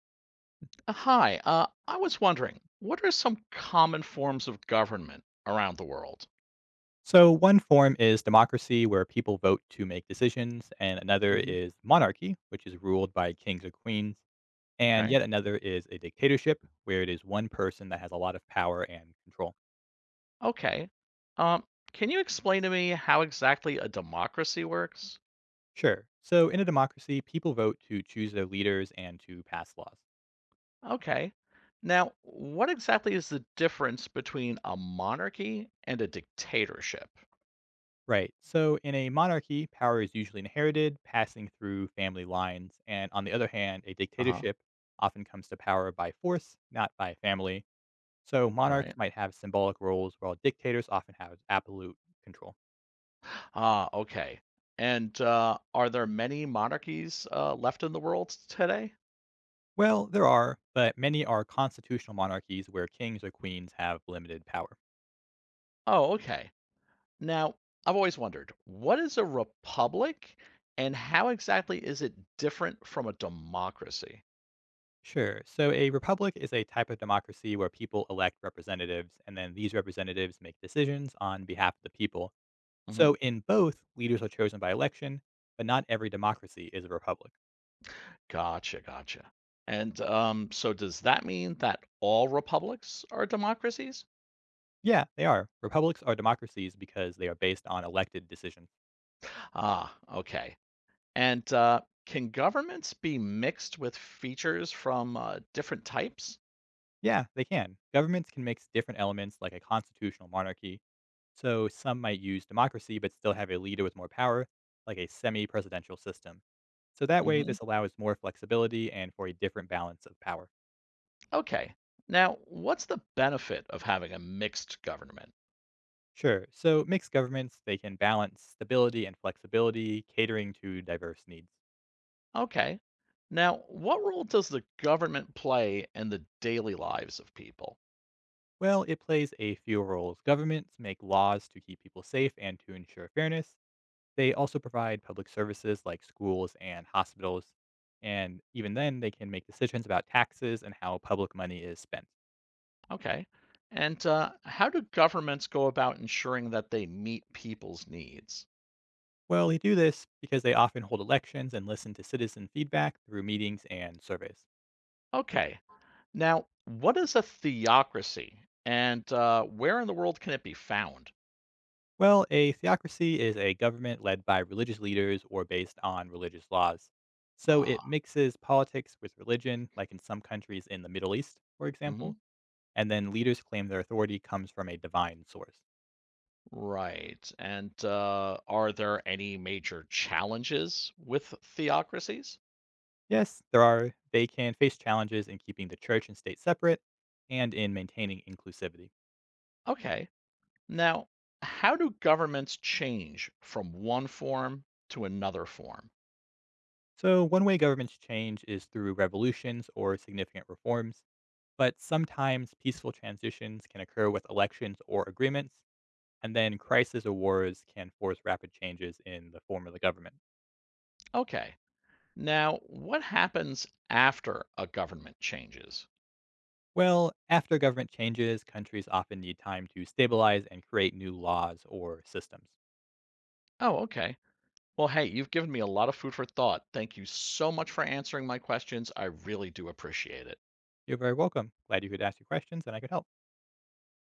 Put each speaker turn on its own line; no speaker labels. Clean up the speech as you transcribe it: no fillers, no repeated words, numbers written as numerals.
Hi, I was wondering, what are some common forms of government around the world?
So, one form is democracy, where people vote to make decisions, and another
Hmm.
is monarchy, which is ruled by kings or queens, and
Okay,
yet another is a dictatorship, where it is one person that has a lot of power and control.
okay. Um, can you explain to me how exactly a democracy works?
Sure. So, in a democracy, people vote to choose their leaders and to pass laws.
Okay. Now, what exactly is the difference between a monarchy and a dictatorship?
Right. So, in a monarchy, power is usually inherited, passing through family lines, and on the other hand, a
Uh-huh,
dictatorship often comes to power by force, not by family. So monarchs
right.
might have symbolic roles, while dictators often have absolute control.
Ah, okay. And are there many monarchies left in the world today?
Well, there are, but many are constitutional monarchies where kings or queens have limited power.
Oh, okay. Now, I've always wondered, what is a republic and how exactly is it different from a democracy?
Sure, so a republic is a type of democracy where people elect representatives, and then these representatives make decisions on behalf of the people.
Hmm.
So in both, leaders are chosen by election, but not every democracy is a republic.
Gotcha, gotcha. And so does that mean that all republics are democracies?
Yeah, they are. Republics are democracies because they are based on elected decisions.
Ah, okay. And can governments be mixed with features from different types?
Yeah, they can. Governments can mix different elements like a constitutional monarchy, so some might use democracy but still have a leader with more power, like a semi presidential system. So that way,
Hmm.
this allows more flexibility and for a different balance of power.
Okay. Now, what's the benefit of having a mixed government?
Sure, so mixed governments, they can balance stability and flexibility, catering to diverse needs.
Okay. Now, what role does the government play in the daily lives of people?
Well, it plays a few roles. Governments make laws to keep people safe and to ensure fairness. They also provide public services like schools and hospitals, and even then, they can make decisions about taxes and how public money is spent.
Okay. And how do governments go about ensuring that they meet people's needs?
Well, they do this because they often hold elections and listen to citizen feedback through meetings and surveys.
Okay. Now, what is a theocracy and where in the world can it be found?
Well, a theocracy is a government led by religious leaders or based on religious laws. So it
Ah,
mixes politics with religion, like in some countries in the Middle East, for
mhm,
example, and then leaders claim their authority comes from a divine source.
right. And are there any major challenges with theocracies?
Yes, there are. They can face challenges in keeping the church and state separate and in maintaining inclusivity.
Okay. Now, how do governments change from one form to another form?
So, one way governments change is through revolutions or significant reforms, but sometimes peaceful transitions can occur with elections or agreements, and then crisis or wars can force rapid changes in the form of the government.
Okay. Now, what happens after a government changes?
Well, after government changes, countries often need time to stabilize and create new laws or systems.
Oh, okay. Well, hey, you've given me a lot of food for thought. Thank you so much for answering my questions. I really do appreciate it.
You're very welcome. Glad you could ask your questions and I could help.